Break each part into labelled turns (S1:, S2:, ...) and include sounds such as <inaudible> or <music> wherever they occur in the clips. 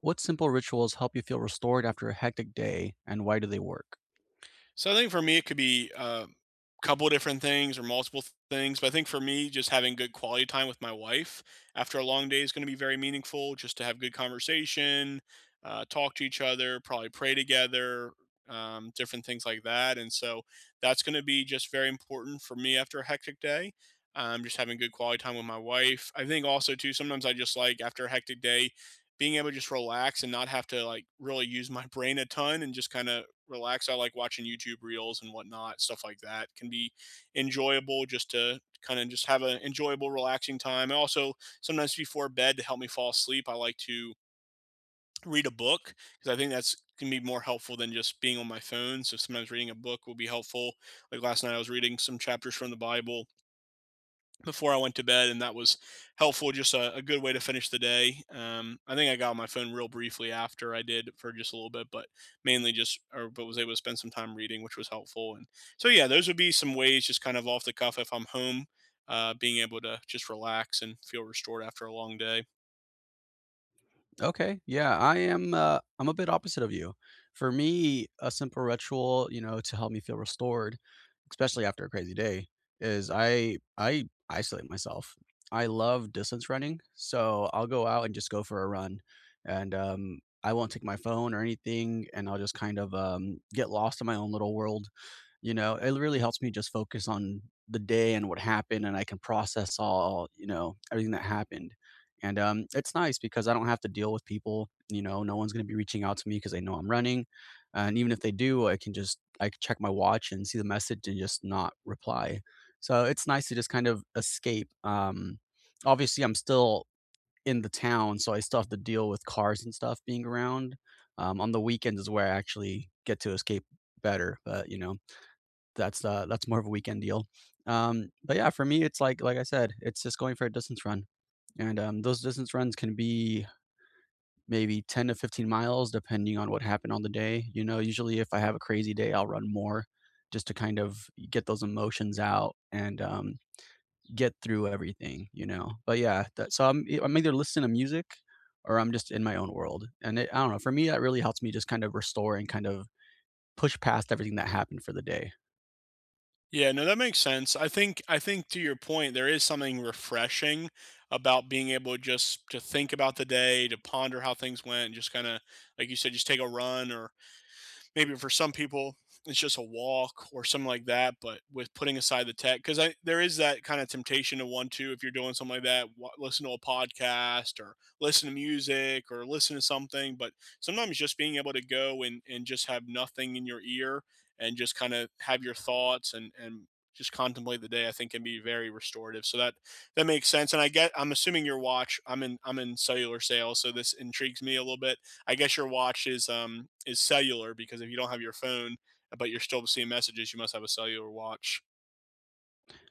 S1: What simple rituals help you feel restored after a hectic day, and why do they work?
S2: So I think for me, it could be a couple of different things or multiple things. But I think for me, just having good quality time with my wife after a long day is going to be very meaningful. Just to have good conversation, talk to each other, probably pray together, different things like that. And so that's going to be just very important for me after a hectic day. Just having good quality time with my wife. I think also too, sometimes I just like, after a hectic day, being able to just relax and not have to like really use my brain a ton and just kind of relax. I like watching YouTube reels and whatnot. Stuff like that can be enjoyable, just to kind of just have an enjoyable, relaxing time. And also sometimes before bed to help me fall asleep, I like to read a book, because I think that's can be more helpful than just being on my phone. So sometimes reading a book will be helpful. Like last night, I was reading some chapters from the Bible before I went to bed, and that was helpful. Just a good way to finish the day. I think I got on my phone real briefly after I did for just a little bit, but mainly just or but was able to spend some time reading, which was helpful. And so yeah, those would be some ways, just kind of off the cuff. If I'm home, being able to just relax and feel restored after a long day.
S1: Okay. Yeah, I am I'm a bit opposite of you. For me, a simple ritual, you know, to help me feel restored, especially after a crazy day, is I isolate myself. I love distance running, so I'll go out and just go for a run, and I won't take my phone or anything, and I'll just kind of get lost in my own little world. You know, it really helps me just focus on the day and what happened, and I can process all, you know, everything that happened. And it's nice because I don't have to deal with people. You know, no one's going to be reaching out to me because they know I'm running. And even if they do, I can just I can check my watch and see the message and just not reply. So it's nice to just kind of escape. Obviously, I'm still in the town, so I still have to deal with cars and stuff being around. On the weekends is where I actually get to escape better. But, you know, that's more of a weekend deal. But yeah, for me, it's like I said, it's just going for a distance run, and, those distance runs can be maybe 10 to 15 miles depending on what happened on the day. You know, usually if I have a crazy day, I'll run more just to kind of get those emotions out and, get through everything, you know? But yeah, that so I'm e, I'm either listening to music or I'm just in my own world, and it I don't know, for me, that really helps me just kind of restore and kind of push past everything that happened for the day.
S2: Yeah, no, that makes sense. I think to your point, there is something refreshing about being able just to think about the day, to ponder how things went, and just kind of like you said, just take a run, or maybe for some people it's just a walk or something like that, but with putting aside the tech. Because I there is that kind of temptation to want to, if you're doing something like that, listen to a podcast or listen to music or listen to something. But sometimes just being able to go and just have nothing in your ear and just kind of have your thoughts and just contemplate the day, I think can be very restorative. So that makes sense. And I get, I'm assuming your watch, I'm in cellular sales, so this intrigues me a little bit. I guess your watch is cellular, because if you don't have your phone, but you're still seeing messages, you must have a cellular watch.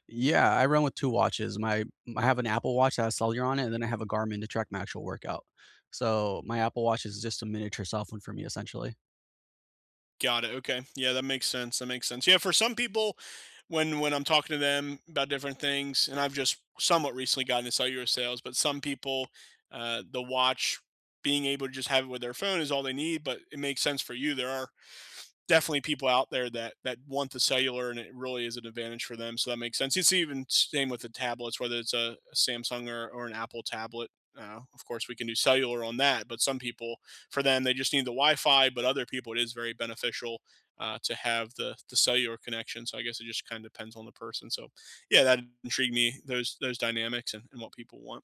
S1: Yeah, I run with two watches. My I have an Apple Watch that has cellular on it, and then I have a Garmin to track my actual workout. So my Apple Watch is just a miniature cell phone for me, essentially.
S2: Got it. Okay. Yeah, that makes sense. That makes sense. Yeah, for some people, when I'm talking to them about different things, and I've just somewhat recently gotten into cellular sales, but some people, the watch being able to just have it with their phone is all they need. But it makes sense for you. There are definitely people out there that want the cellular, and it really is an advantage for them, so that makes sense. It's even same with the tablets, whether it's a Samsung, or an Apple tablet. Of course we can do cellular on that, but some people, for them they just need the Wi-Fi, but other people it is very beneficial, to have the cellular connection. So I guess it just kind of depends on the person. So yeah, that intrigued me, those dynamics, and what people want.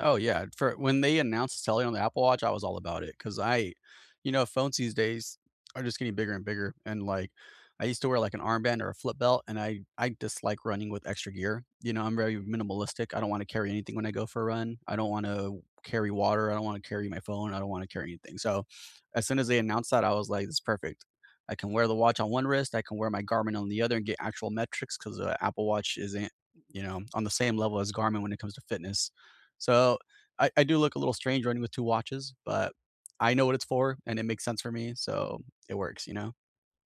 S1: Oh, yeah. For when they announced Telly on the Apple Watch, I was all about it because I you know, phones these days are just getting bigger and bigger, and, like, I used to wear, like, an armband or a flip belt, and I dislike running with extra gear. You know, I'm very minimalistic. I don't wanna carry anything when I go for a run. I don't wanna carry water. I don't wanna carry my phone. I don't wanna carry anything. So, as soon as they announced that, I was like, "It's perfect." I can wear the watch on one wrist, I can wear my Garmin on the other and get actual metrics." Because the Apple Watch isn't, you know, on the same level as Garmin when it comes to fitness. So I do look a little strange running with two watches, but I know what it's for, and it makes sense for me. So it works, you know?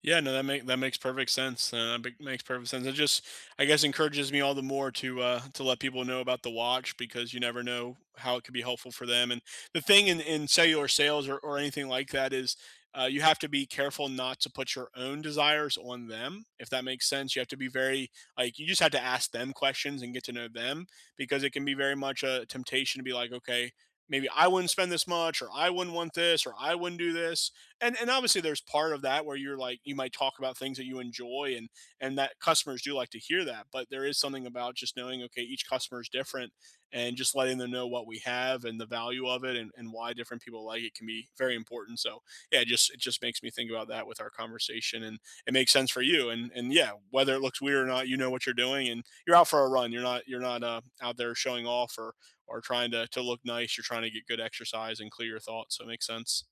S2: Yeah, no, that makes perfect sense. Makes perfect sense. It just, I guess, encourages me all the more to let people know about the watch, because you never know how it could be helpful for them. And the thing in cellular sales, or anything like that is, you have to be careful not to put your own desires on them. If that makes sense, you have to be very, like, you just have to ask them questions and get to know them, because it can be very much a temptation to be like, okay, maybe I wouldn't spend this much, or I wouldn't want this, or I wouldn't do this. And obviously there's part of that where you're like, you might talk about things that you enjoy, and that customers do like to hear that. But there is something about just knowing, okay, each customer is different, and just letting them know what we have and the value of it, and why different people like it, can be very important. So yeah, it just makes me think about that with our conversation. And it makes sense for you. And yeah, whether it looks weird or not, you know what you're doing, and you're out for a run. You're not out there showing off, or trying to look nice. You're trying to get good exercise and clear your thoughts, so it makes sense.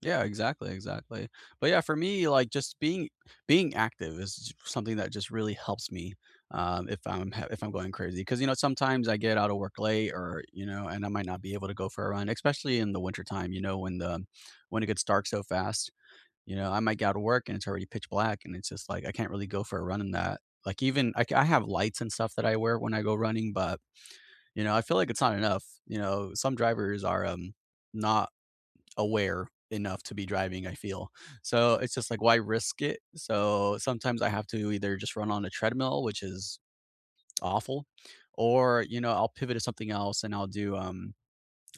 S1: Yeah, exactly, exactly. But yeah, for me, like just being active is something that just really helps me if I'm going crazy. Because, you know, sometimes I get out of work late, or, you know, and I might not be able to go for a run, especially in the wintertime. You know, when the when it gets dark so fast. You know, I might get out of work and it's already pitch black, and it's just like I can't really go for a run in that. Like even I have lights and stuff that I wear when I go running, but, you know, I feel like it's not enough. You know, some drivers are not aware enough to be driving, I feel. So it's just like, why risk it? So sometimes I have to either just run on a treadmill, which is awful, or, you know, I'll pivot to something else and I'll do um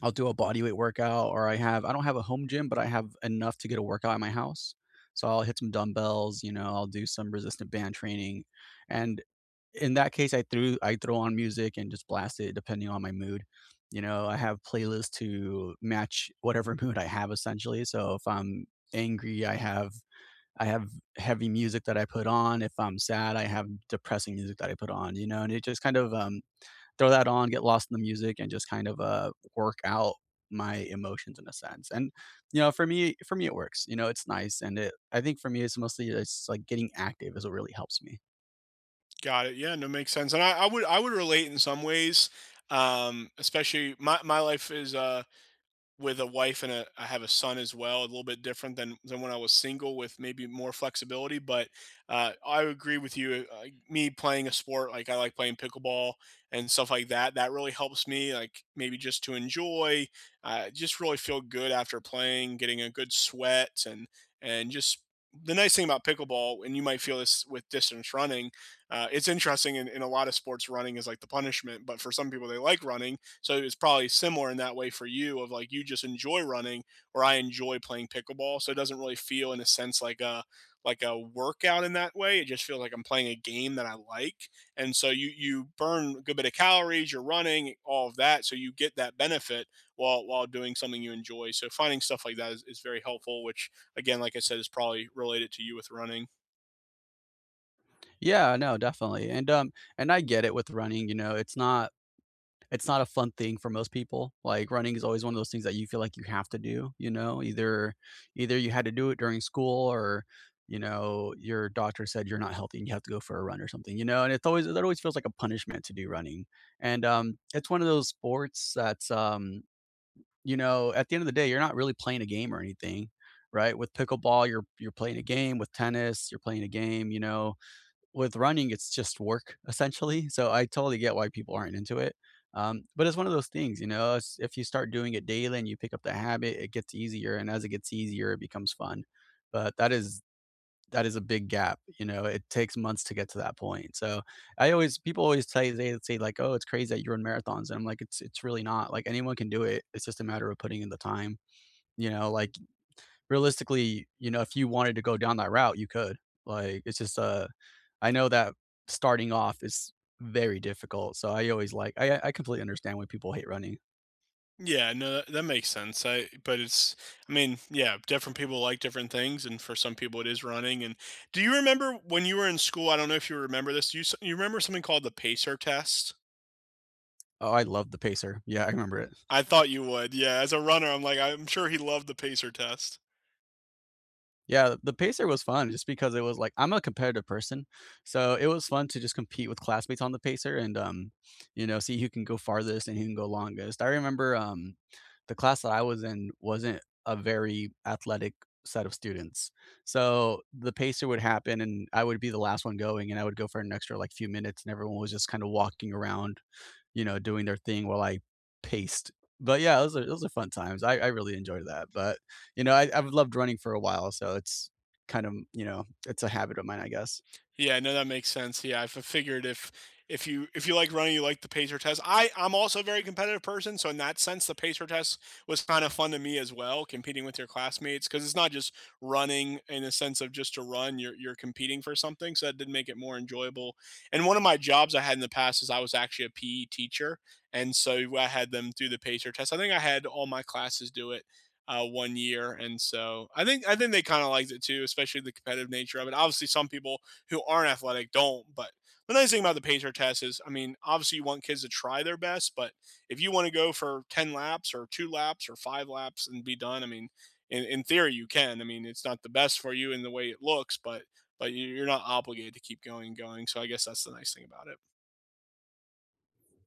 S1: I'll do a bodyweight workout. Or I have I don't have a home gym, but I have enough to get a workout at my house. So I'll hit some dumbbells, you know, I'll do some resistant band training. And in that case, I throw on music and just blast it depending on my mood. You know, I have playlists to match whatever <laughs> mood I have essentially. So if I'm angry, I have heavy music that I put on. If I'm sad, I have depressing music that I put on, you know, and it just kind of throw that on, get lost in the music, and just kind of work out my emotions in a sense. And, you know, for me, it works. You know, it's nice, and it. I think for me, it's mostly it's like getting active is what really helps me.
S2: Got it. Yeah, no, makes sense. And I would relate in some ways. Especially, my life is with a wife and a, I have a son as well. A little bit different than when I was single, with maybe more flexibility. But I agree with you. Me playing a sport, like I like playing pickleball and stuff like that, that really helps me. Like, maybe just to enjoy, just really feel good after playing, getting a good sweat, and just the nice thing about pickleball, and you might feel this with distance running, it's interesting. In a lot of sports, running is like the punishment, but for some people, they like running. So it's probably similar in that way for you, of, like, you just enjoy running, or I enjoy playing pickleball. So it doesn't really feel in a sense like a workout in that way. It just feels like I'm playing a game that I like. And so you burn a good bit of calories, you're running, all of that. So you get that benefit while doing something you enjoy. So finding stuff like that is very helpful, which, again, like I said, is probably related to you with running.
S1: Yeah, no, definitely, and I get it with running. You know, it's not a fun thing for most people. Like, running is always one of those things that you feel like you have to do, you know, either you had to do it during school, or, you know, your doctor said you're not healthy and you have to go for a run or something, you know, and it's always feels like a punishment to do running. And it's one of those sports that's you know, at the end of the day, you're not really playing a game or anything, right? With pickleball, you're playing a game; with tennis, you're playing a game, you know; with running, it's just work essentially. So I totally get why people aren't into it. But it's one of those things, you know, it's, if you start doing it daily and you pick up the habit, it gets easier. And as it gets easier, it becomes fun. But that is a big gap. You know, it takes months to get to that point. So I always people always say, they say like, oh, it's crazy that you run marathons. And I'm like, it's really not. Like, anyone can do it. It's just a matter of putting in the time. You know, like, realistically, you know, if you wanted to go down that route, you could. Like, it's just, I know that starting off is very difficult. So I always like, I completely understand why people hate running.
S2: Yeah, no, that makes sense. I, but it's, I mean, yeah, different people like different things, and for some people it is running. And do you remember when you were in school? I don't know if you remember this. You remember something called the pacer test?
S1: Oh, I love the pacer. Yeah, I remember it.
S2: I thought you would. Yeah, as a runner, I'm like, I'm sure he loved the pacer test.
S1: Yeah, the pacer was fun just because it was like, I'm a competitive person, so it was fun to just compete with classmates on the pacer and, you know, see who can go farthest and who can go longest. I remember, the class that I was in wasn't a very athletic set of students, so the pacer would happen, and I would be the last one going, and I would go for an extra, like, few minutes, and everyone was just kinda walking around, you know, doing their thing while I paced. But yeah, those are fun times. I really enjoyed that, but, you know, I I've loved running for a while, so it's kind of, you know, it's a habit of mine, I guess.
S2: Yeah, no, that makes sense. Yeah, figured if if you like running, you like the pacer test. I'm also a very competitive person, so in that sense, the pacer test was kind of fun to me as well, competing with your classmates, because it's not just running in the sense of just to run. You're competing for something, so that did make it more enjoyable. And one of my jobs I had in the past is I was actually a PE teacher, and so I had them do the pacer test. I had all my classes do it. One year. And so I think they kind of liked it too, especially the competitive nature of it. Obviously, some people who aren't athletic don't. But the nice thing about the pacer test is, I mean, obviously you want kids to try their best, but if you want to go for 10 laps or two laps or five laps and be done, I mean, in theory you can. I mean, it's not the best for you in the way it looks, but you're not obligated to keep going and going. So I guess that's the nice thing about it.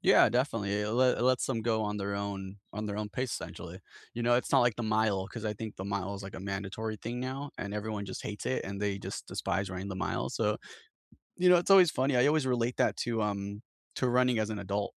S1: Yeah, definitely. It let it lets them go on their own, on their own pace, essentially. You know, it's not like the mile, because I think the mile is like a mandatory thing now, and everyone just hates it, and they just despise running the mile, so, you know, it's always funny. I always relate that to running as an adult.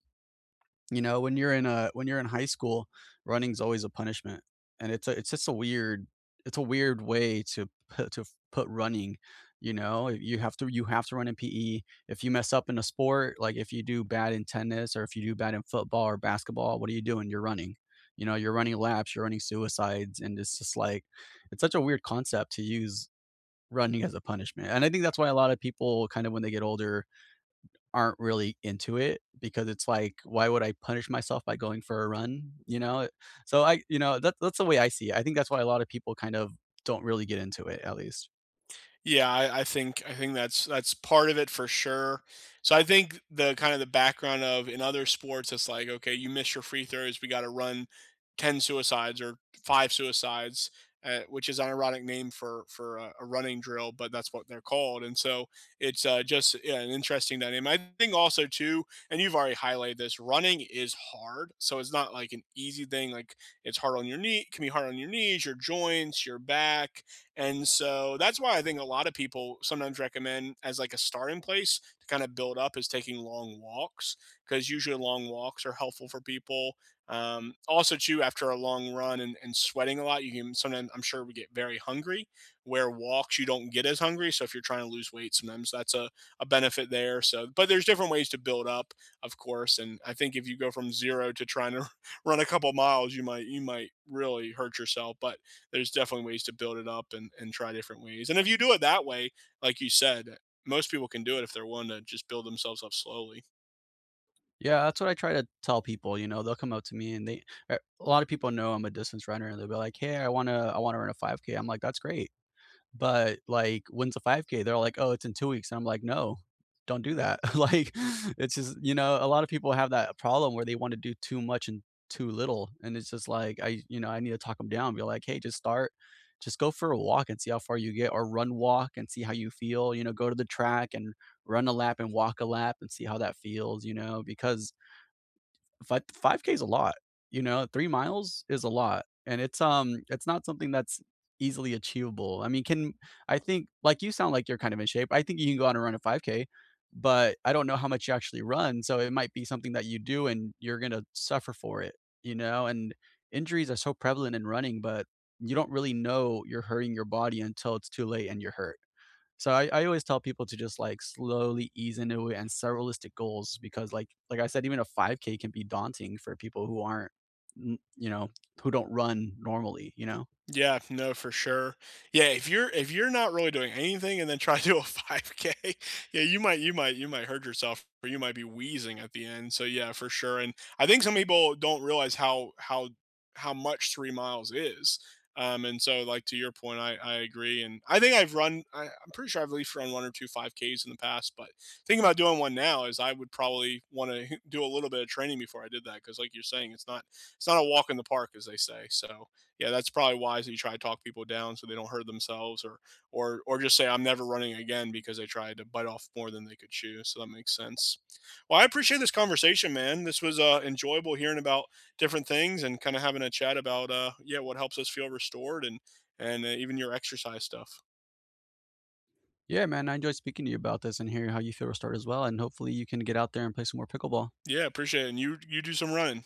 S1: You know, when you're in a when you're in high school, running's always a punishment, and it's just a weird, it's a weird way to put running, you know? You have to run in PE. If you mess up in a sport, like, if you do bad in tennis, or if you do bad in football or basketball, what are you doing? You're running. You know, you're running laps, you're running suicides, and it's just like, it's such a weird concept to use running as a punishment, and I think that's why a lot of people kind of, when they get older, aren't really into it, because it's like, why would I punish myself by going for a run, you know? So I you know, that's the way I see it. I think that's why a lot of people kind of don't really get into it, at least.
S2: Yeah, I think that's part of it for sure. So I think the kind of the background of in other sports, it's like, okay, you miss your free throws, we got to run ten suicides or five suicides, which is an ironic name for a running drill, but that's what they're called. And so it's just, yeah, an interesting dynamic. I think also too, and you've already highlighted this, running is hard. So it's not like an easy thing. Like, it's hard on your knee, can be hard on your knees, your joints, your back. And so that's why I think a lot of people sometimes recommend, as like a starting place to kind of build up, is taking long walks, because usually long walks are helpful for people. Also, too, after a long run, and sweating a lot, you can, sometimes I'm sure, we get very hungry. Where walks, you don't get as hungry. So if you're trying to lose weight, sometimes that's a benefit there. So, but there's different ways to build up, of course. And I think if you go from zero to trying to <laughs> run a couple miles, you might really hurt yourself. But there's definitely ways to build it up, and try different ways. And if you do it that way, like you said, most people can do it if they're willing to just build themselves up slowly.
S1: Yeah, that's what I try to tell people, you know, they'll come up to me and they a lot of people know I'm a distance runner, and they'll be like, "Hey, I wanna run a 5K." I'm like, "That's great. But, like, when's the 5K?" They're like, "Oh, it's in two weeks." And I'm like, "No, don't do that." <laughs> Like, it's just, you know, a lot of people have that problem where they wanna do too much and too little, and it's just like, I you know, I need to talk them down, be like, "Hey, just start. Just go for a walk and see how far you get, or run walk and see how you feel," you know, "Go to the track and run a lap and walk a lap and see how that feels," you know, because Fi 5K is a lot, you know, 3 miles is a lot, and it's not something that's easily achievable. I mean, can I think, like, you sound like you're kind of in shape. I think you can go out and run a 5K, but I don't know how much you actually run, so it might be something that you do and you're gonna suffer for it, you know, and injuries are so prevalent in running, but you don't really know you're hurting your body until it's too late and you're hurt. So I always tell people to just like slowly ease into it and set realistic goals, because like I said, even a 5K can be daunting for people who aren't you know, who don't run normally, you know.
S2: Yeah, no, for sure. Yeah, if you're not really doing anything and then try to do a 5K, <laughs> yeah, you might you might hurt yourself, or you might be wheezing at the end. So yeah, for sure. And I think some people don't realize how much 3 miles is. And so, like, to your point, I agree. And I've run, I'm pretty sure I've at least run one or two 5Ks in the past. But thinking about doing one now is, I would probably want to <laughs> do a little bit of training before I did that, because like you're saying, it's not a walk in the park, as they say. So yeah, that's probably wise that you try to talk people down, so they don't hurt themselves, or or just say I'm never running again because they tried to bite off more than they could chew. So that makes sense. Well, I appreciate this conversation, man. This was enjoyable, hearing about different things and kind of having a chat about, yeah, what helps us feel restored, and even your exercise stuff.
S1: Yeah, man, I enjoyed speaking to you about this and hearing how you feel to start as well. And hopefully you can get out there and play some more pickleball.
S2: Yeah, appreciate it. And you do some running.